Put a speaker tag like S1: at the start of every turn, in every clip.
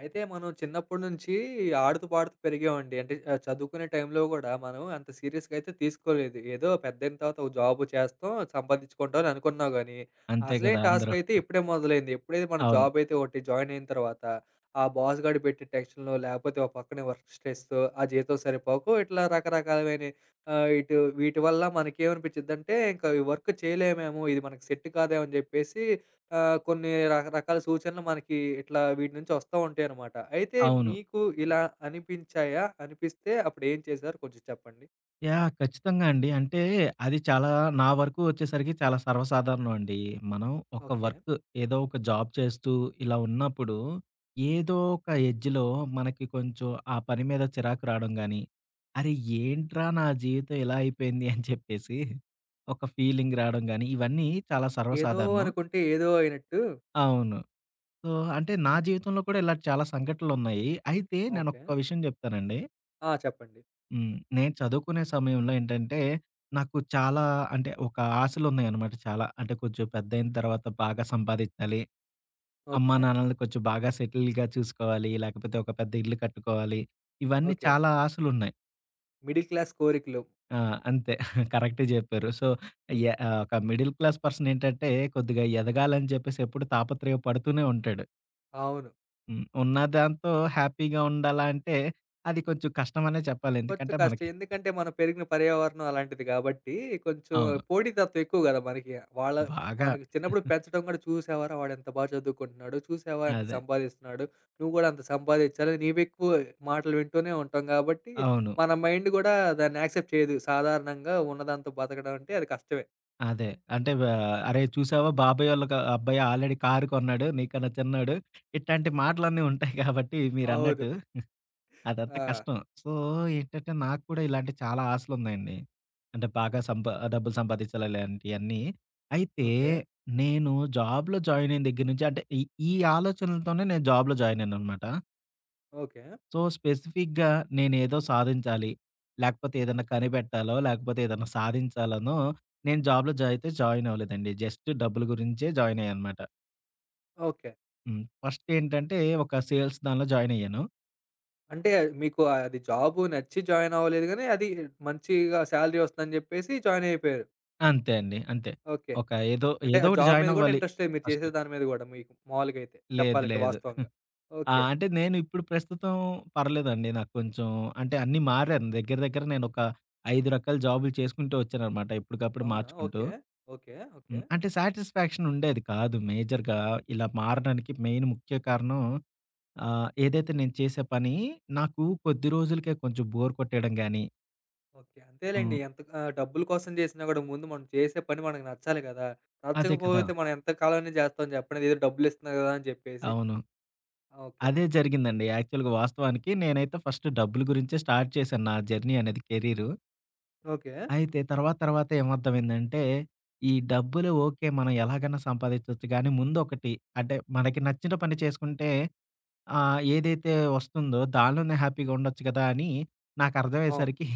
S1: అయితే మనం చిన్నప్పటి నుంచి ఆడుతూ, పాడుతూ పెరిగామండి. అంటే చదువుకునే టైంలో గూడా మనం అంత సీరియస్‌గా అయితే తీసుకోలేదు. ఏదో పెద్దయిన తర్వాత ఒక జాబ్ చేస్తాం, సంపాదించుకుంటాం అని అనుకున్నాం గానీ,
S2: అంతే
S1: అసలైన
S2: కదా!
S1: టాస్క్
S2: అందరూ.
S1: అయితే ఇప్పుడే మొదలైంది. ఎప్పుడైతే మన
S2: అవును.
S1: జాబ్ అయితే ఒకటి జాయిన్ అయిన తర్వాత, ఆ బాస్ గాడు పెట్టే టెన్షన్‌లో, లేకపోతే ఒక పక్కనే వర్క్ స్ట్రెస్సు, ఆ జీతం సరిపోకు ఇట్లా రకరకాలమైన ఇటు వీటి వల్ల మనకేమనిపిచ్చిద్దంటే, ఇంకా ఈ వర్క్ చేయలేమేమో, ఇది మనకు సెట్ కాదేమో అని జెప్పేసి కొన్ని రకరకాల సూచనలు మనకి ఇట్లా వీటి నుంచి వస్తా ఉంటాయనమాట. అయితే
S2: అవును.
S1: మీకు ఇలా అనిపించాయా? అనిపిస్తే అప్పుడేం చేశారు? కొంచెం చెప్పండి?
S2: యాహ్! ఖచ్చితంగా అండి. అంటే అది చాలా నా వరకు వచ్చేసరికి చాలా సర్వసాధారణం అండి. మనం ఒక
S1: ఓకే.
S2: వర్క్ ఏదో ఒక జాబ్ చేస్తూ ఇలా ఉన్నప్పుడు ఏదో ఒక ఎడ్జ్‌లో మనకి కొంచెం ఆ పని మీద చిరాకు రావడం గాని, అరే! ఏంట్రా నా జీవితం ఇలా అయిపోయింది అని చెప్పేసి ఒక ఫీలింగ్ రావడం గాని ఇవన్నీ చాలా
S1: ఏదో
S2: సర్వసాధారణం.
S1: అనుకుంటే ఏదో అయినట్టు.
S2: అవును. సో, అంటే నా జీవితంలో కూడా ఇలా చాలా సంఘటనలున్నాయి. అయితే
S1: ఓకే.
S2: నేనొక్క విషయం చెప్తానండి.
S1: ఆ, చెప్పండి.
S2: హ్మ్. నేను చదువుకునే సమయంలో ఏంటంటే, నాకు చాలా అంటే ఒక ఆశలున్నాయనమాట చాలా. అంటే కొంచెం పెద్దయిన తర్వాత బాగా సంపాదించాలి. అమ్మా,
S1: ఓకే.
S2: నాన్నలని కొంచెం బాగా సెటిల్‌గా చూసుకోవాలి. లేకపోతే ఒక పెద్ద ఇల్లు కట్టుకోవాలి. ఇవన్నీ
S1: ఓకే.
S2: చాలా ఆశలున్నాయి.
S1: మిడిల్ క్లాస్ కోరికలు.
S2: ఆ! అంతే కరెక్టే జెప్పారు. So,
S1: oh!
S2: ఒక మిడిల్ క్లాస్ పర్సన్ ఏంటంటే కొద్దిగా ఎదగాలని జెప్పేసి ఎప్పుడు తాపత్రయ పడుతూనే ఉంటాడు.
S1: అవును.
S2: హ్మ్. ఉన్న దాంతో హ్యాపీగా ఉండాలా అంటే అది కొంచెం కష్టమనే చెప్పాలి.
S1: కొంచెం
S2: ఎందుకంటే
S1: కష్టం.
S2: మనకి
S1: ఎందుకంటే మనం పెరిగిన పర్యావరణం అలాంటిది గాబట్టి, కొంచెం
S2: అవును.
S1: పోటీతత్వం ఎక్కువ గదా మనకి. వాళ్ళ
S2: బాగా
S1: మనకి చిన్నప్పుడు పెంచడం గూడా చూసావారా వాడెంత బా చదువుకుంటున్నాడు, చూసావా ఎంత
S2: అదే.
S1: సంపాదిస్తున్నాడు, నువ్వు గూడా అంత సంపాదించాలి నీవెక్కువ మాటలు వింటూనే ఉంటాం గాబట్టి,
S2: అవును.
S1: మన మైండ్ గూడా దాన్ని యాక్సెప్ట్ చేయదు. సాధారణంగా ఉన్నదాంతో బతకడం అంటే అది కష్టమే.
S2: అదే. అంటే "అరేయ్! చూసావా బాబాయోళ్ళ క అబ్బాయి ఆల్రెడీ కారు కొన్నాడు. నీకన్నా చిన్నోడు." ఇట్లాంటి మాటలన్నీ ఉంటాయి కాబట్టి
S1: అవును.
S2: మీరన్నట్టు అదంతా
S1: ఆ!
S2: కష్టం. సో, ఏంటంటే నాకు కూడా ఇలాంటి చాలా ఆశలున్నాయండి. అంటే బాగా సంపా డబ్బులు సంపాదించాలి ఇలాంటియన్నీ. అయితే
S1: ఓకే.
S2: నేను జాబ్‌లో జాయిన్ అయిన దగ్గర నుంచి అంటే ఈ ఈ ఆలోచనలతోనే నేను జాబ్‌లో జాయిన్ అయ్యాననమాట.
S1: ఓకే.
S2: సో, స్పెసిఫిక్‌గా నేనేదో సాధించాలి. లేకపోతే ఏదన్నా కనిపెట్టాలో, లేకపోతే ఏదన్నా సాధించాలనో నేను జాబ్‌లో జా అయితే జాయిన్ అవ్వలేదండి. జస్ట్ డబ్బుల గురించే జాయిన్ అయ్యాననమాట.
S1: ఓకే.
S2: హ్మ్. ఫస్ట్ ఏంటంటే ఒక సేల్స్ దానిలో జాయిన్ అయ్యాను.
S1: అంటే మీకు అది జాబు నచ్చి జాయిన్ అవ్వలేదు గానీ, అది మంచిగా సాలరీ వస్తుందని జెప్పేసి జాయిన్ అయిపోయారు.
S2: అంతే అండి. అంతే.
S1: ఓకే.
S2: ఒక ఏదో
S1: అంటే
S2: ఏదో
S1: ఆ
S2: ఒకటి
S1: జాబ్ మీద
S2: జాయిన్
S1: గూడా
S2: అవ్వాలి
S1: ఇంట్రెస్ట్ లేదు. మీరు
S2: ఫస్ట్.
S1: చేసే దాని మీద గూడా మీకు మామూలుగైతే
S2: లేదు.
S1: చెప్పాలంటే
S2: లేదు.
S1: వాస్తవంగా.
S2: ఆ!
S1: ఓకే.
S2: అంటే నేను ఇప్పుడు ప్రస్తుతం పర్లేదండి. నాకు కొంచెం అంటే అన్నీ మారాను. దగ్గర దగ్గర నేనొక 5 రకాల జాబులు చేసుకుంటూ వచ్చాననమాట. ఎప్పటికప్పుడు
S1: అవునా?
S2: మార్చుకుంటూ.
S1: ఓకే. ఓకే.
S2: హ్మ్.
S1: ఓకే.
S2: అంటే సాటిస్ఫాక్షన్ ఉండేది కాదు మేజర్‌గా. ఇలా మారడానికి మెయిన్ ముఖ్య కారణం ఏదైతే నేను చేసే పని నాకు కొద్ది రోజులకే కొంచెం బోర్ కొట్టేయడం గాని
S1: ఓకే. అంతేలెండి.
S2: హ్మ్.
S1: ఎంత డబ్బుల కోసం చేసినా గూడా ముందు మనం చేసే పని మనకు నచ్చాలి గదా!
S2: అదే కదా!
S1: నచ్చకపోతే మనం ఎంత కాలమని చేస్తాం చెప్పండి. ఏదో డబ్బులిస్తున్నారు గదా! అని చెప్పేసి.
S2: అవును.
S1: ఓకే.
S2: అదే జరిగిందండి. యాక్చువల్‌గా వాస్తవానికి నేనైతే ఫస్ట్ డబ్బుల గురించే స్టార్ట్ చేశాను నా జర్నీ అనేది కెరీరు.
S1: ఓకే.
S2: అయితే తర్వాత తర్వాత ఏమర్థమైందంటే, ఈ డబ్బులు ఓకే. మనం ఎలాగైనా సంపాదించొచ్చు గానీ ముందొకటి అంటే మనకి నచ్చిన పని చేసుకుంటే ఆ! ఏదైతే వస్తుందో దానిలోనే హ్యాపీగా ఉండొచ్చు కదా! అని
S1: అవును.
S2: నాకర్థమయ్యేసరికి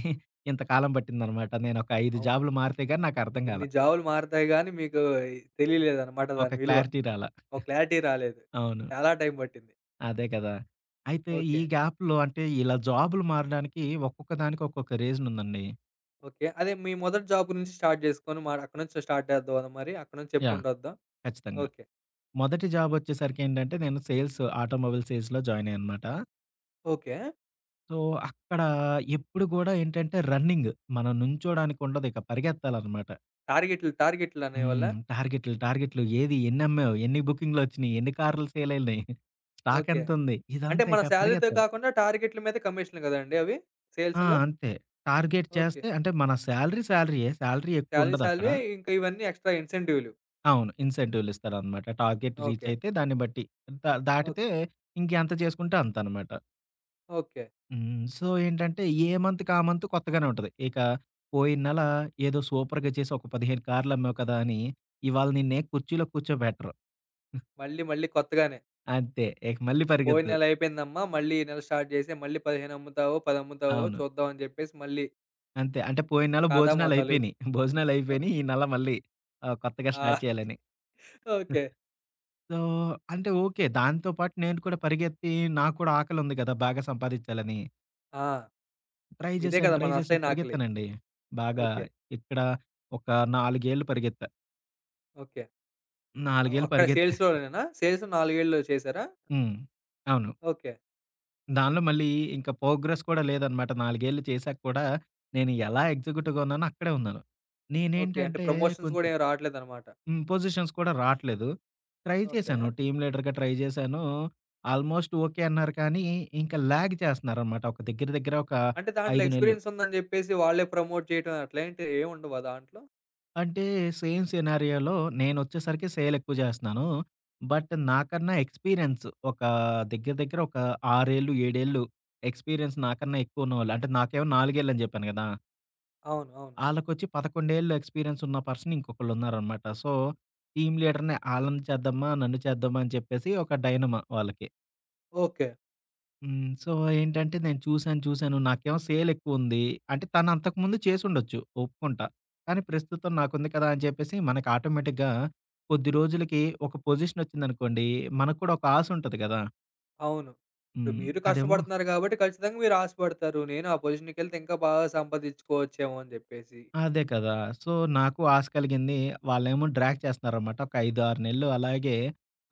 S2: ఇంతకాలం పట్టిందనమాట. నేనొక 5
S1: అవునా?
S2: జాబ్‌లు మారితే గాని నాకర్థం కాలా.
S1: ఇన్ని జాబులు మారతాయి గానీ మీకు తెలియలేదనమాట
S2: ఒక
S1: దాని విలువ.
S2: క్లారిటీ రాలా.
S1: ఒక క్లారిటీ రాలేదు.
S2: అవును.
S1: చాలా టైం పట్టింది.
S2: అదే కదా! అయితే ఈ
S1: ఓకే.
S2: గ్యాప్‌లో అంటే ఇలా జాబ్‌లు మారడానికి ఒక్కొక్క దానికి ఒక్కొక్క రీజన్ ఉందండి.
S1: ఓకే. అదే మీ మొదటి జాబ్ గురించి స్టార్ట్ చేసుకొని మరి అక్కడి నుంచి స్టార్ట్ చేద్దామా మరి? అక్కడి నుంచి
S2: యాహ్!
S1: చెప్పుకుంటూ వద్దాం.
S2: ఖచ్చితంగా.
S1: ఓకే.
S2: మొదటి జాబొచ్చేసరికి ఏంటంటే నేను సేల్స్ ఆటోమొబైల్ సేల్స్‌లో జాయిన్ అయ్యాననమాట.
S1: ఓకే.
S2: సో, అక్కడ ఎప్పుడు కూడా ఏంటంటే రన్నింగ్. మనం నుంచోడానికి ఉండదు. ఇక పరిగెత్తాలనమాట.
S1: టార్గెట్లు, టార్గెట్లు
S2: హ్మ్.
S1: అనేవాళ్ళా?
S2: టార్గెట్లు, టార్గెట్లు ఏది ఎన్నమ్మావు? ఎన్ని బుకింగ్‌లొచ్చినియి? ఎన్ని కార్లు సేలయినయి? Stock
S1: okay.
S2: ఎంతుంది?
S1: అంటే
S2: ఇదంతా
S1: మన
S2: ఇక
S1: సాలరీతో
S2: పరిగెత్తాలి.
S1: కాకుండా టార్గెట్ల మీద కమిషన్‌లు కదండీ అవి
S2: ఆ!
S1: సేల్స్‌లో?
S2: అంతే. Target
S1: okay.
S2: చేస్తే అంటే మన సాలరీ సాలరీయే. సాలరీ
S1: సాలరీ,
S2: ఎక్కువుండదక్కడ.
S1: సాలరీ ఇంకా ఇవన్నీ ఎక్స్‌ట్రా ఇన్సెంటివ్‌లు.
S2: అవును. ఇన్సెంటివ్‌లిస్తారనమాట. Target reach
S1: okay.
S2: అయితే దాన్ని బట్టి. ద
S1: ఓక్
S2: దాటితే ఇంకెంత చేసుకుంటే అంతనమాట.
S1: ఓకే.
S2: హ్మ్. సో, ఏంటంటే ఏ మంత్‌కి ఆ మంత్ కొత్తగానే ఉంటది. ఇక పోయిన నెల ఏదో సూపర్‌గా చేసి ఒక 15 కార్లమ్మావు కదా! అని ఇవాళ నిన్నే కుర్చీలో కూర్చోబెట్టరు.
S1: మళ్ళీ మళ్ళీ కొత్తగానే.
S2: అంతే. ఇక మళ్ళీ
S1: పోయిన
S2: పరిగెత్తు.
S1: నెల అయిపోయిందమ్మా. మళ్ళీ ఈ నెల స్టార్ట్ చేసి మళ్ళీ 15 అమ్ముతావో, 10 అమ్ముతావో
S2: అవును.
S1: చూద్దాం అని చెప్పేసి మళ్ళీ
S2: అంతే. అంటే పోయిన నెల
S1: కాదా మొదలు.
S2: భోజనాలయిపోయినియి.
S1: ఓ
S2: భోజనాలయిపోయినియి. ఈ నెల మళ్ళీ కొత్తగా
S1: ఆ!
S2: స్టార్ట్ చేయాలని.
S1: ఓకే.
S2: సో, అంటే ఓకే. దాంతో పాటు నేను కూడా పరిగెత్తి నాకు కూడా ఆకలుంది గదా! బాగా సంపాదించాలని.
S1: ఆ!
S2: ట్రై
S1: ఇదే
S2: జేశాను,
S1: కదా
S2: ట్రై
S1: మన
S2: జేశాను.
S1: అసలైన ఆకలి.
S2: పరిగెత్తానండి. బాగా
S1: ఓకే.
S2: ఇక్కడ ఒక 4 ఏళ్ళు పరిగెత్తా.
S1: ఓకే.
S2: 4 ఏళ్ళు
S1: అక్కడ
S2: పరిగెత్తా
S1: సేల్స్‌లోనేనా? సేల్స్ 4 ఏళ్ళు చేసారా?
S2: హ్మ్. అవును.
S1: ఓకే.
S2: దానిలో మళ్ళీ ఇంకా ప్రోగ్రెస్ కూడా లేదనమాట. 4 ఏళ్ళు చేశాక కూడా నేను ఎలా ఎగ్జిక్యూటివ్‌గా ఉన్నానో అక్కడే ఉన్నాను.
S1: ఓకే. అంటే
S2: నేనేంటంటే
S1: ప్రమోషన్స్
S2: కొంచెం
S1: గూడా ఏమి రావట్లేదనమాట.
S2: హ్మ్. పొజిషన్స్ కూడా రాట్లేదు. Try
S1: okay.
S2: చేశాను. టీమ్ లీడర్‌గా ట్రై చేశాను. ఆల్మోస్ట్ ఓకే అన్నారు కానీ, ఇంకా లాగ్ చేస్తున్నారనమాట. ఒక దగ్గర దగ్గర ఒక
S1: అంటే దాంట్లో
S2: 5 నెలలు.
S1: ఎక్స్‌పీరియన్స్ ఉందని జెప్పేసి వాళ్ళే ప్రమోట్ చేయటం అట్లాంటి ఏముండవా దాంట్లో?
S2: అంటే సేమ్ సినారియోలో నేనొచ్చేసరికి సేల్ ఎక్కువ చేస్తున్నాను. బట్ నాకన్నా ఎక్స్‌పీరియన్స్ ఒక దగ్గర దగ్గర ఒక 6 ఏళ్ళు, 7 ఏళ్ళు ఎక్స్‌పీరియన్స్ నాకన్నా ఎక్కువ ఉన్నవాళ్ళు అంటే నాకేమో 4 ఏళ్ళని చెప్పాను కదా!
S1: అవును.
S2: ఆళ్ళకొచ్చి 11 ఏళ్ళు ఎక్స్‌పీరియన్స్ ఉన్న పర్సన్ ఇంకొకళ్ళున్నారనమాట. సో, టీమ్ లీడర్‌ని ఆళ్ళని చేద్దామా, నన్ను చేద్దామా అని చెప్పేసి ఒక డైనమా వాళ్ళకి.
S1: ఓకే.
S2: హ్మ్. సో, ఏంటంటే నేను చూసాను, చూసాను నాకేమో సేల్ ఎక్కువుంది. అంటే తను అంతకుముందు చేసుండొచ్చు ఒప్పుకుంటా. కానీ ప్రస్తుతం నాకుంది కదా! అని చెప్పేసి మనకి ఆటోమేటిక్‌గా కొద్ది రోజులకి ఒక పొజిషన్ వచ్చిందనుకోండి, మనకు కూడా ఒక ఆశ ఉంటది కదా!
S1: అవును. ఇప్పుడు
S2: హ్మ్.
S1: మీరు
S2: అదేమో
S1: కష్టపడుతున్నారు గాబట్టి ఖచ్చితంగా మీరు ఆశపడతారు. నేను ఆ పొజిషన్‌కెళ్తే ఇంకా బాగా సంపాదించుకోవచ్చేమో అని జెప్పేసి.
S2: అదే కదా! సో, నాకు ఆశ కలిగింది. వాళ్ళేమో డ్రాగ్ చేస్తున్నారనమాట. ఒక 5, 6 నెలలు అలాగే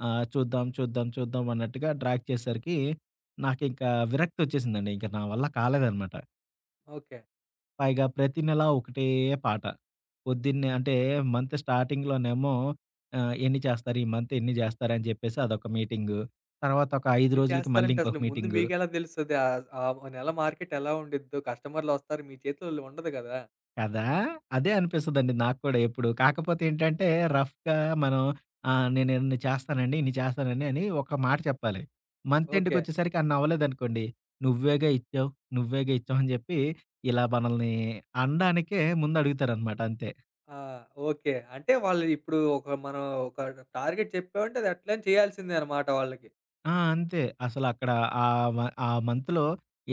S2: చూద్దాం, చూద్దాం, చూద్దాం అన్నట్టుగా డ్రాగ్ చేసేసరికి నాకింక విరక్తొచ్చేసిందండి. ఇంక నా వల్ల కాలేదనమాట.
S1: ఓకే.
S2: పైగా ప్రతి నెల ఒకటే పాట. పొద్దున్నే అంటే మంత్ స్టార్టింగ్‌లోనేమో ఎన్ని చేస్తారు? ఈ మంత్ ఎన్ని చేస్తారు? అని చెప్పేసి అదొక మీటింగు. తర్వాత ఒక 5
S1: ఎన్ని
S2: రోజులకి మళ్ళీ
S1: చేస్తారంటే
S2: ఇంకొక
S1: అసలు ముందు
S2: మీటింగు.
S1: మీకెలా తెలుస్తది? ఆహ్, ఆ ఆ నెల మార్కెట్ ఎలా ఉండిద్దో? కస్టమర్‌లొస్తారు. మీ చేతిలో ఉండదు గదా!
S2: కదా! అదే అనిపిస్తదండి నాకు కూడా ఎప్పుడు. కాకపోతే ఏంటంటే, రఫ్‌గా మనం నేను ఇన్ని చేస్తానండి, ఇన్ని చేస్తానండి అని ఒక మాట చెప్పాలి. Month
S1: okay.
S2: ఎండ్‌కొచ్చేసరికి అన్ని అవ్వలేదనుకోండి, "నువ్వేగా ఇచ్చావు, నువ్వేగా ఇచ్చావు" అని చెప్పి ఇలా మనల్ని అనడానికే ముందు అడుగుతారనమాట అంతే.
S1: ఆ! ఓకే. అంటే వాళ్ళు ఇప్పుడు ఒక మనం ఒక టార్గెట్ చెప్పామంటే అది ఎట్లైనా చేయాల్సిందే అనమాట వాళ్ళకి.
S2: ఆ! అంతే. అసలక్కడ ఆ వ ఆ మంత్‌లో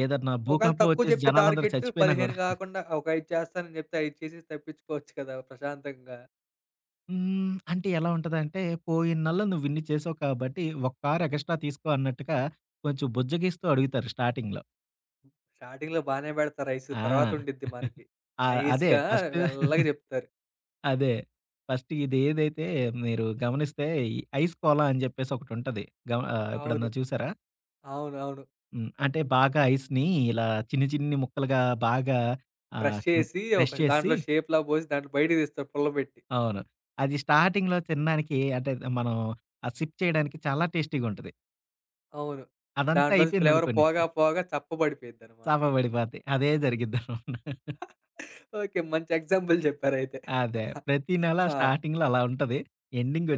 S2: ఏదన్నా
S1: ఒకవేళ
S2: భూకంపం
S1: తక్కువ
S2: వచ్చేసి
S1: చెప్తే
S2: జనాలందరూ
S1: టార్గెట్
S2: చచ్చిపోయినా కూడా
S1: 15 కాకుండా ఒక 5 చేస్తానని చెప్తే 5 చేసేసి తప్పించుకోవచ్చు కదా! ప్రశాంతంగా.
S2: హ్మ్. అంటే ఎలా ఉంటదంటే, "పోయిన నెలలో నువ్విన్ని చేసావు కాబట్టి, ఒక కారు ఎగస్ట్రా తీసుకో" అన్నట్టుగా కొంచెం బుజ్జగిస్తూ అడుగుతారు స్టార్టింగ్‌లో.
S1: స్టార్టింగ్‌లో బానే పెడతారు ఐసు. తర్వాత
S2: ఆ!
S1: ఉండిద్ది మనకి.
S2: ఆ! అదే
S1: నైస్‌గా
S2: ఫస్ట్.
S1: మెల్లగా చెప్తారు.
S2: అదే. ఫస్ట్ ఇదేదైతే మీరు గమనిస్తే ఈ ఐస్ కోలా అని జెప్పేసి ఒకటుంటది. ఎప్పుడన్నా
S1: అవును.
S2: చూసారా?
S1: అవునవును.
S2: హ్మ్. అంటే బాగా ఐస్‌ని ఇలా చిన్ని చిన్ని ముక్కలుగా బాగా
S1: క్రష్
S2: ఆహ్, క్ర
S1: చేసి
S2: క్రష్
S1: ఒక
S2: చేసి
S1: దాంట్లో షేప్‌లా పోసి దాంట్లో బయటకి తీస్తారు పుల్లబెట్టి.
S2: అవును. అది స్టార్టింగ్‌లో తినడానికి అంటే, మనం ఆ సిప్ చేయడానికి చాలా టేస్టీగుంటది.
S1: అవును.
S2: అదంతా
S1: దాంట్లోంచి ఫ్లేవర్
S2: అయిపోయిందనుకోండి.
S1: పోగా పోగా చప్పబడిపోయిద్దనమాట.
S2: చాప పడిపోద్ది. అదే జరిగిద్దనమాట.
S1: ఓకే. మంచి ఎగ్జాంపుల్ చెప్పారయితే.
S2: అదే. ప్రతి నెల
S1: ఆ!
S2: స్టార్టింగ్‌లో అలా ఉంటది.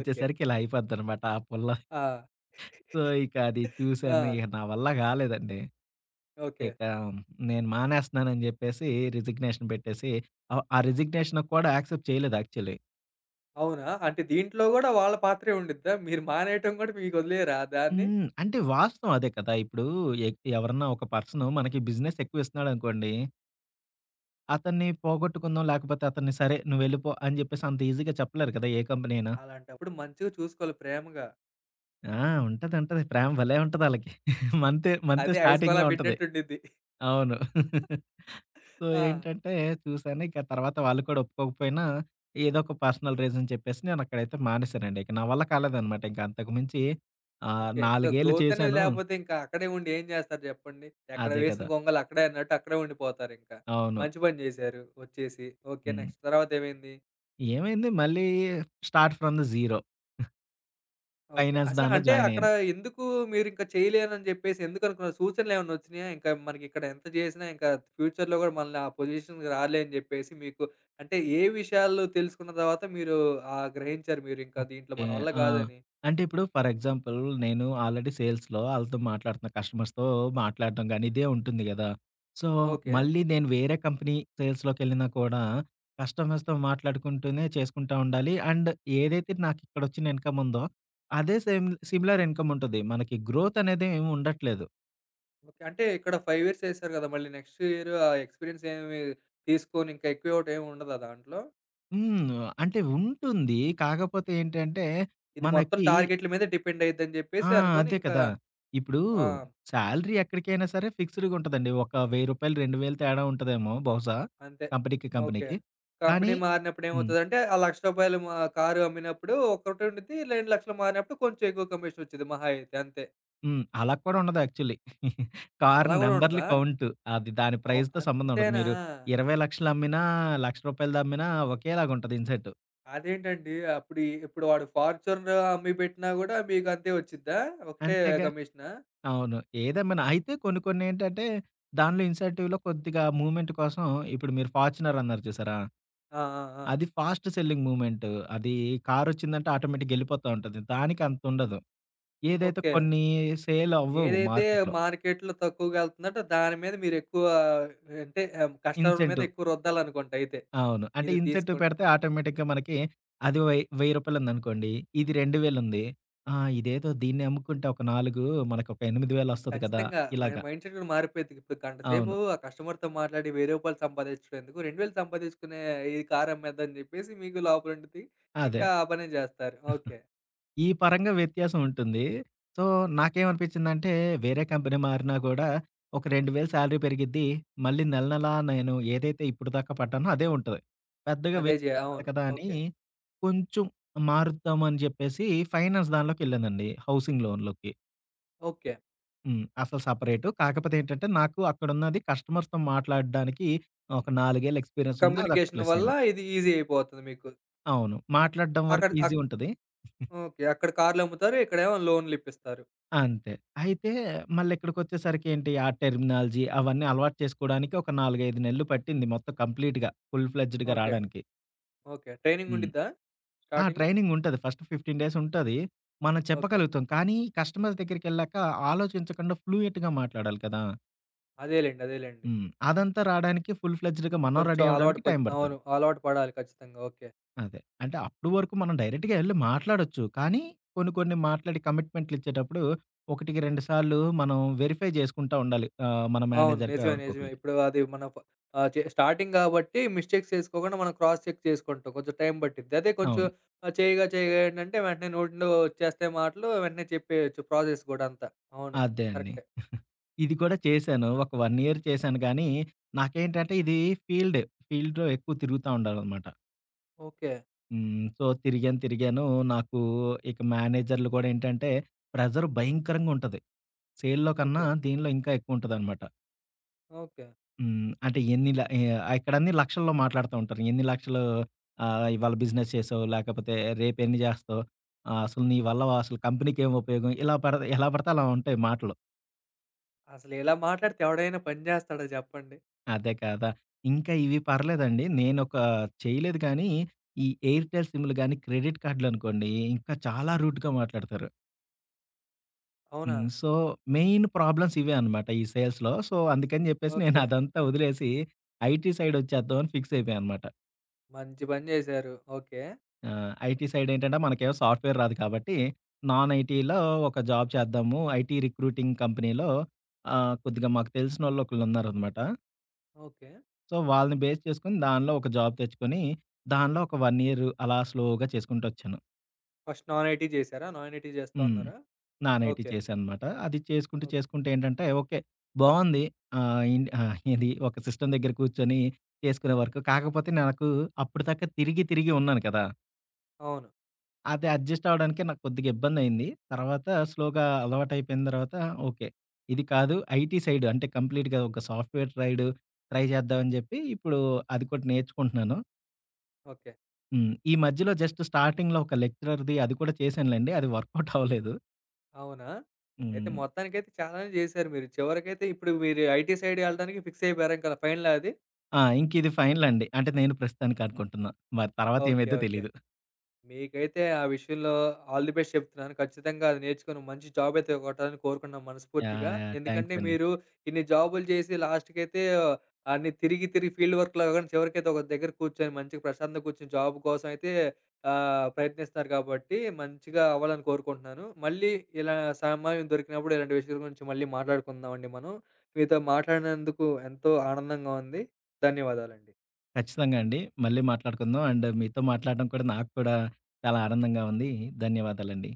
S1: ఓకే.
S2: ఇలా అయిపోద్దనమాట ఆ పుల్ల.
S1: ఆ!
S2: సో, ఇక అది చూసాను.
S1: ఆ!
S2: ఇక నా వల్ల గాలేదండి.
S1: ఓకే.
S2: ఇక నేను మానేస్తున్నానని జెప్పేసి రిజిగ్నేషన్ పెట్టేసి ఆ రిజిగ్నేషన్ కూడా యాక్సెప్ట్ చేయలేదు యాక్చువల్లీ.
S1: అవునా? అంటే దీంట్లో గూడా వాళ్ళ పాత్రే ఉండిద్దా? మీరు మానేయటం గూడా మీకొదిలేయరా దాన్ని?
S2: హ్మ్. అంటే వాస్తవం అదే కదా! ఇప్పుడు ఎ ఎవరన్నా ఒక పర్సన్ మనకి బిజినెస్ ఎక్కువిస్తున్నాడనుకోండి. అతన్ని పోగొట్టుకుందాం లేకపోతే అతన్ని సరే నువ్వెళ్ళిపో అని జెప్పేసి అంత ఈజీగా చెప్పలేరు కదా! ఏ కంపెనీ అయినా.
S1: అలాంటప్పుడు మంచిగా చూసుకోవాలి ప్రేమగా.
S2: ఆ! ఉంటది. ఉంటది. ప్రేమ భలే ఉంటదాళ్ళకి. మంత్ మంత్
S1: అదే ఐస్ కొలా
S2: స్టార్టింగ్‌లో ఉంటది.
S1: పెట్టినట్టుండిద్ది.
S2: అవును. సో,
S1: ఆ!
S2: ఏంటంటే చూసాను. ఇక తర్వాత వాళ్ళు కూడా ఒప్పుకోకపోయినా, ఏదో ఒక పర్సనల్ రీజన్ చెప్పేసి నేనక్కడైతే మానేశానండి. ఇక నా వల్ల కాలేదనమాట. ఇంక అంతకు మించి
S1: ఓకే. ఇంకా
S2: 4 ఏళ్ళు
S1: గ్రోత్ అనేది
S2: చేశాను.
S1: లేపోతే ఇంకా అక్కడే ఉండి ఏం జేస్తారు జెప్పండి? ఎక్కడ
S2: అదే
S1: వేసిన
S2: కదా!
S1: గొంగలు అక్కడే అన్నట్టు అక్కడే ఉండిపోతారింకా.
S2: అవును.
S1: మంచి పని జేశారు వచ్చేసి. ఓకే.
S2: హ్మ్.
S1: నెక్స్ట్ తర్వాతేమైంది?
S2: ఏమైంది మళ్ళీ start from the zero.
S1: Okay.
S2: Finance
S1: అసల
S2: దానిలో
S1: అంటే అక్కడ
S2: జాయినయ్యాను.
S1: ఎందుకు మీరింక చేయలేనని జెప్పేసి ఎందుకనుకున్నారు? సూచనలేమన్నా ఒచ్చినాయా? ఇంకా మనకిక్కడ ఎంత జేసినా ఇంకా ఫ్యూచర్‌లో గూడా మనల్ని ఆ పొజిషన్‌కి రాలే అని జెప్పేసి మీకు అంటే ఏ విషయాలు తెలుసుకున్న తర్వాత మీరు గ్రహించారు మీరింకా దీంట్లో
S2: ఓకే.
S1: మన వల్ల
S2: ఆ!
S1: గాదని?
S2: అంటే ఇప్పుడు ఫర్ ఎగ్జాంపుల్ నేను ఆల్రెడీ సేల్స్‌లో ఆళ్ళతో మాట్లాడుతున్న కస్టమర్స్‌తో మాట్లాడడం గాని, ఇదే ఉంటుంది గదా! So,
S1: okay.
S2: మళ్ళీ నేను వేరే కంపెనీ సేల్స్‌లోకెళ్ళినా కూడా కస్టమర్స్‌తో మాట్లాడుకుంటూనే చేసుకుంటా ఉండాలి. అండ్ ఏదైతే నాకిక్కడొచ్చిన ఇన్‌కమ్ ఉందో, అదే సేమ్ సిమిలర్ ఇన్‌కమ్ ఉంటది. మనకి గ్రోత్ అనేది ఏమి ఉండట్లేదు.
S1: ఓకే. అంటే ఇక్కడ 5 ఇయర్స్ చేశారు గదా! మళ్ళీ నెక్స్ట్ ఇయర్ ఆ ఎక్స్‌పీరియన్స్ ఏమి తీసుకొని ఇంకా ఎక్కువ ఇవ్వటం ఏమి ఉండదా దాంట్లో?
S2: హ్మ్. అంటే ఉంటుంది. కాకపోతే ఏంటంటే
S1: ఇది మొత్తం
S2: మనకి
S1: టార్గెట్‌ల మీదే డిపెండ్ అయ్యిద్దని
S2: ఆ!
S1: జెప్పేసి అనుకోని
S2: అదే
S1: ఇంకా
S2: కదా! ఇప్పుడు
S1: ఆ!
S2: శాలరీ ఎక్కడికైనా సరే ఫిక్స్‌డ్‌గా ఉంటదండి. ఒక రూ. 1000, 2000 తేడా ఉంటదేమో బహుశా
S1: అంతే.
S2: కంపెనీకి,
S1: ఓకే.
S2: కంపెనీకి. కానీ
S1: కంపెనీ మారినప్పుడు
S2: హ్మ్.
S1: ఏమవుతదంటే, ఆ రూ. 1,00,000 మా కారు అమ్మినప్పుడు ఒకటి ఉండిద్ది. 2,00,000 మారినప్పుడు కొంచెం ఎక్కువ కమిషన్ వచ్చేది మహా అయితే అంతే.
S2: హ్మ్. అలా కూడా ఉండదు యాక్చువల్లీ. కార్
S1: అలా గూడా
S2: నంబర్‌లు
S1: ఉండదా?
S2: కౌంటు. అది దాని
S1: అవు
S2: ప్రైస్‌తో
S1: అ-
S2: సంబంధం ఉండదు.
S1: అంతేనా?
S2: మీరు 20,00,000 అమ్మినా, రూ. 1,00,000 అమ్మినా ఒకేలాగుంటది ఇన్సెంటివ్.
S1: అదేంటండి? అప్పుడు ఈ ఇప్పుడు వాడు ఫార్చునర్ అమ్మి పెట్టినా గూడా మీకు అంతే వచ్చిద్దా? ఒకటే
S2: అంతేగా!
S1: కమిషనా?
S2: అవును. ఏదమ్మినా అయితే కొన్ని కొన్ని ఏంటంటే దానిలో ఇన్సెంటివ్‌లో కొద్దిగా మూవ్‌మెంట్ కోసం ఇప్పుడు మీరు 'ఫార్చునర్' అన్నారు చూసారా?
S1: ఆ! ఆ! ఆ!
S2: అది ఫాస్ట్ సెల్లింగ్ మూవ్‌మెంట్. అది కారొచ్చిందంటే ఆటోమేటిక్‌గా ఎళ్ళిపోతా ఉంటది. దానికి అంతుండదు. ఏదైతే
S1: ఓకే.
S2: కొన్ని సేల్ అవ్వవు
S1: ఏదైతే
S2: మార్కెట్‌లో.
S1: మార్కెట్‌లో తక్కువగా ఎళ్తుందంటే దాని మీద మీరెక్కువ అంటే కస్టమర్ల మీద
S2: ఇన్సెంటివ్
S1: ఎక్కువ రుద్దాలనుకుంట అయితే.
S2: అవును. అంటే
S1: ఇది
S2: ఇన్సెంటివ్
S1: తీసుకోండి.
S2: పెడితే ఆటోమేటిక్‌గా మనకి అది వై రూ. 1000 ఉందనుకోండి. ఇది 2000 ఉంది. ఆ! ఇదేదో దీన్ని అమ్ముకుంటే ఒక 4 మనకొక 8000 వస్తది కదా!
S1: ఖచ్చితంగా. మన
S2: ఇలాగా.
S1: మైండ్ సెట్ కూడా మారిపోయిద్ది. ఇప్పుడు గంట
S2: అవును.
S1: సేపు ఆ కస్టమర్‌తో మాట్లాడి రూ. 1000 సంపాదించడం ఎందుకు? 2,000 సంపాదించుకునే ఈ కారు అమ్మేద్దని చెప్పేసి మీకు లోపల ఉండిద్ది.
S2: అదే.
S1: ఇంకా ఆ పనే చేస్తారు. ఓకే.
S2: ఈ పరంగా వ్యత్యాసం ఉంటుంది. సో, నాకేమనిపించిందంటే, వేరే కంపెనీ మారినా గూడా, ఒక 2000 శాలరీ పెరిగిద్ది. మళ్ళీ నెల నెలా నేను ఏదైతే ఇప్పటిదాకా పడ్డానో అదే ఉంటది. పెద్దగా
S1: అదే
S2: వేరే
S1: జే
S2: ఉండదు
S1: అవును.
S2: కదా! అని
S1: ఓకే.
S2: కొంచెం మారుద్దామని జెప్పేసి ఫైనాన్స్ దానిలోకెళ్ళానండి. హౌసింగ్ లోన్‌లోకి.
S1: ఓకే.
S2: హ్మ్. అసలు సెపరేటు. కాకపోతే ఏంటంటే, నాకు అక్కడున్నది కస్టమర్స్‌తో మాట్లాడడానికి ఒక 4 ఏళ్ల ఎక్స్‌పీరియన్స్ ఉంది. అదక్కడ
S1: కమ్యూనికేషన్
S2: ప్లస్ అయింది.
S1: వల్ల ఇది ఈజీ అయిపోతుంది మీకు.
S2: అవును. మాట్లాడడం వరకు
S1: అక్కడ
S2: ఈజీ
S1: అక్
S2: ఉంటది.
S1: ఓకే. అక్కడ కార్లు అమ్ముతారు. ఇక్కడేమో లోన్‌లు ఇప్పిస్తారు.
S2: అంతే. అయితే మళ్ళిక్కడికొచ్చేసరికేంటి, ఆ టెర్మినాలజీ అవన్నీ అలవాటు చేసుకోడానికి ఒక 4, 5 నెలలు పట్టింది మొత్తం కంప్లీట్‌గా ఫుల్ ఫ్లెడ్జ్డ్‌గా
S1: ఓకే.
S2: రాడానికి.
S1: ఓకే. ట్రైనింగ్
S2: హ్మ్.
S1: ఉండిద్దా
S2: ఆ!
S1: స్టార్టింగ్‌లో?
S2: ట్రైనింగుంటది. ఫస్ట్ 15 డేస్ ఉంటది. మనం
S1: ఓకే.
S2: చెప్పగలుగుతాం. కానీ కస్టమర్స్ దగ్గరికెళ్ళాక ఆలోచించకుండా ఫ్లూయెంట్‌గా మాట్లాడాలి కదా!
S1: అదేలెండి.
S2: హ్మ్. అదంతా రాడానికి ఫుల్ ఫ్లెడ్జ్డ్‌గా మనం
S1: కొంచెం
S2: రెడీ
S1: అలవాటు
S2: అవ్వడానికి
S1: పడ్
S2: టైం పడతది.
S1: అవును. అలవాటు పడాలి ఖచ్చితంగా. ఓకే.
S2: అదే. అంటే అప్పటి వరకు మనం డైరెక్ట్‌గా ఎళ్లి మాట్లాడొచ్చు. కానీ కొన్ని కొన్ని మాట్లాడి కమిట్మెంట్లు ఇచ్చేటప్పుడు ఒకటికి రెండు సార్లు మనం వెరిఫై చేసుకుంటా ఉండాలి. మన
S1: అవును.
S2: మేనేజర్‌కో
S1: నిజమే.
S2: ఎవరికో
S1: నిజమే.
S2: ఒకళ్ళకి.
S1: ఇప్పుడు అది మన ఫ చే స్టార్టింగ్ గాబట్టి మిస్టేక్స్ చేసుకోకుండా మనం క్రాస్ చెక్ చేసుకుంటాం. కొంచెం టైం పట్టిద్ది. అదే కొంచెం
S2: అవును.
S1: చేయగా చేయగా ఏంటంటే వెంటనే నోట్లో వచ్చేస్తాయి మాటలు. వెంటనే చెప్పేయొచ్చు ప్రాసెస్ గూడా అంతా. అవును.
S2: అదే అండి.
S1: కరెక్టే.
S2: ఇది కూడా చేశాను. ఒక 1 ఇయర్ చేశాను గానీ, నాకేంటంటే ఫీల్డ్. ఫీల్డ్‌లో ఎక్కువ తిరుగుతా ఉండాలనమాట.
S1: ఓకే.
S2: హ్మ్. సో, తిరిగాను తిరిగాను. నాకు ఇక మేనేజర్లు కూడా ఏంటంటే ప్రెషర్ భయంకరంగా ఉంటది. సేల్‌లో కన్నా
S1: ఓకే.
S2: దీనిలో ఇంకా ఎక్కువ ఉంటదనమాట.
S1: ఓకే.
S2: హ్మ్. అంటే ఇక్కడన్నీ లక్షల్లో మాట్లాడుతా ఉంటారు. ఎన్ని లక్షలు ఇవాళ బిజినెస్ చేసావు? లేకపోతే రేపెన్ని జేస్తావు? అసలు నీ వల్ల అసలు కంపెనీకేం ఉపయోగం? ఇలా పడత ఎలా పడితే అలా ఉంటాయి మాటలు.
S1: అసలు ఇలా మాట్లాడితే ఎవడైనా పని జేస్తాడా జెప్పండి?
S2: అదే కదా! ఇంకా ఇవి పర్లేదండి. నేనొక చేయలేదు గానీ, ఈ ఎయిర్‌టెల్ సిమ్‌లు గానీ, క్రెడిట్ కార్డులనుకోండి ఇంకా చాలా రూడ్‌గా మాట్లాడతారు.
S1: అవునా?
S2: హ్మ్. సో, మెయిన్ ప్రాబ్లమ్స్ ఇవే అనమాట ఈ సేల్స్‌లో. సో, అందుకని జెప్పేసి నేను
S1: ఓకే.
S2: అదంతా వదిలేసి ఐటీ సైడొచ్చేద్దామని ఫిక్స్ అయిపోయా అనమాట.
S1: మంచి పని జేశారు. ఓకే.
S2: ఆ! ఐటీ సైడ్ ఏంటంటే మనకేమో సాఫ్ట్‌వేర్ రాదు కాబట్టి, నాన్ ఐటీలో ఒక జాబ్ చేద్దాము. ఐటీ రిక్రూటింగ్ కంపెనీలో కొద్దిగా మాకు తెలిసినోళ్ళు ఒకళ్ళున్నారనమాట.
S1: ఓకే.
S2: సో, వాళ్ళని బేస్ చేసుకొని దానిలో ఒక జాబ్ తెచ్చుకొని, దానిలో ఒక 1 ఇయర్ అలా స్లోగా చేసుకుంటొచ్చాను.
S1: ఫస్ట్ నాన్ ఐటీ జేశారా? నాన్ ఐటీ జేస్తా
S2: హ్మ్.
S1: ఉన్నారా?
S2: Non IT
S1: okay.
S2: చేశాననమాట. అది చేసుకుంటూ,
S1: ఓకే.
S2: చేసుకుంటూ ఏంటంటే ఓకే. బావుంది. ఏది ఒక సిస్టమ్ దగ్గర కూర్చొని చేసుకునే వరకు. కాకపోతే నాకు అప్పటిదాకా తిరిగి, తిరిగి ఉన్నాను కదా!
S1: అవును.
S2: అది అడ్జస్ట్ అవ్వడానికే నాకు కొద్దిగా ఇబ్బందయింది. తర్వాత స్లోగా అలవాటయిపోయిన తర్వాత ఓకే. ఇది కాదు ఐటీ సైడ్ అంటే కంప్లీట్‌గా ఒక సాఫ్ట్‌వేర్ సైడ్ ట్రై చేద్దామని చెప్పి ఇప్పుడు అది కూడా నేర్చుకుంటున్నాను.
S1: ఓకే.
S2: హ్మ్. ఈ మధ్యలో జస్ట్ స్టార్టింగ్‌లో ఒక లెక్చరర్‌ది అది కూడా చేశానులెండి. అది వర్కౌట్ అవ్వలేదు.
S1: అవునా? అయితే
S2: హ్మ్.
S1: మొత్తానికైతే చాలానే జేశారు మీరు. చివరికైతే ఇప్పుడు మీరు ఐటీ సైడ్ ఎళ్ళడానికి ఫిక్స్ అయిపోయారా ఇంకా ఫైనలా అది?
S2: ఆ! ఇంక ఇది ఫైనల్ అండి. అంటే నేను ప్రస్తుతానికి అనుకుంటున్నా. మరి తర్వాత
S1: ఓకే.
S2: ఏమైద్దో
S1: ఓకే.
S2: తెలీదు.
S1: మీకైతే ఆ విషయంలో ఆల్ ది బెస్ట్ చెప్తున్నాను. ఖచ్చితంగా అది నేర్చుకొని మంచి జాబ్ అయితే కొట్టాలని కోరుకున్నాను మనస్ఫూర్తిగా.
S2: యాహ్! యాహ్! థాంక్స్
S1: ఎందుకంటే
S2: అండి.
S1: మీరు ఇన్ని జాబులు చేసి లాస్ట్‌కైతే అన్ని తిరిగి, తిరిగి ఫీల్డ్ వర్క్‌లో కాకుండా చివరికైతే ఒక దగ్గర కూర్చొని మంచిగా ప్రశాంతంగా కూర్చొని జాబ్ కోసం అయితే ప్రయత్నిస్తున్నారు కాబట్టి మంచిగా అవ్వాలని కోరుకుంటున్నాను. మళ్ళీ ఇలా సమయం దొరికినప్పుడు ఇలాంటి విషయాల గురించి మళ్ళీ మాట్లాడుకుందామండి మనం. మీతో మాట్లాడినందుకు ఎంతో ఆనందంగా ఉంది. ధన్యవాదాలండి.
S2: ఖచ్చితంగా అండి. మళ్ళీ మాట్లాడుకుందాం. అండ్ మీతో మాట్లాడడం కూడా నాకు కూడా చాలా ఆనందంగా ఉంది. ధన్యవాదాలండి.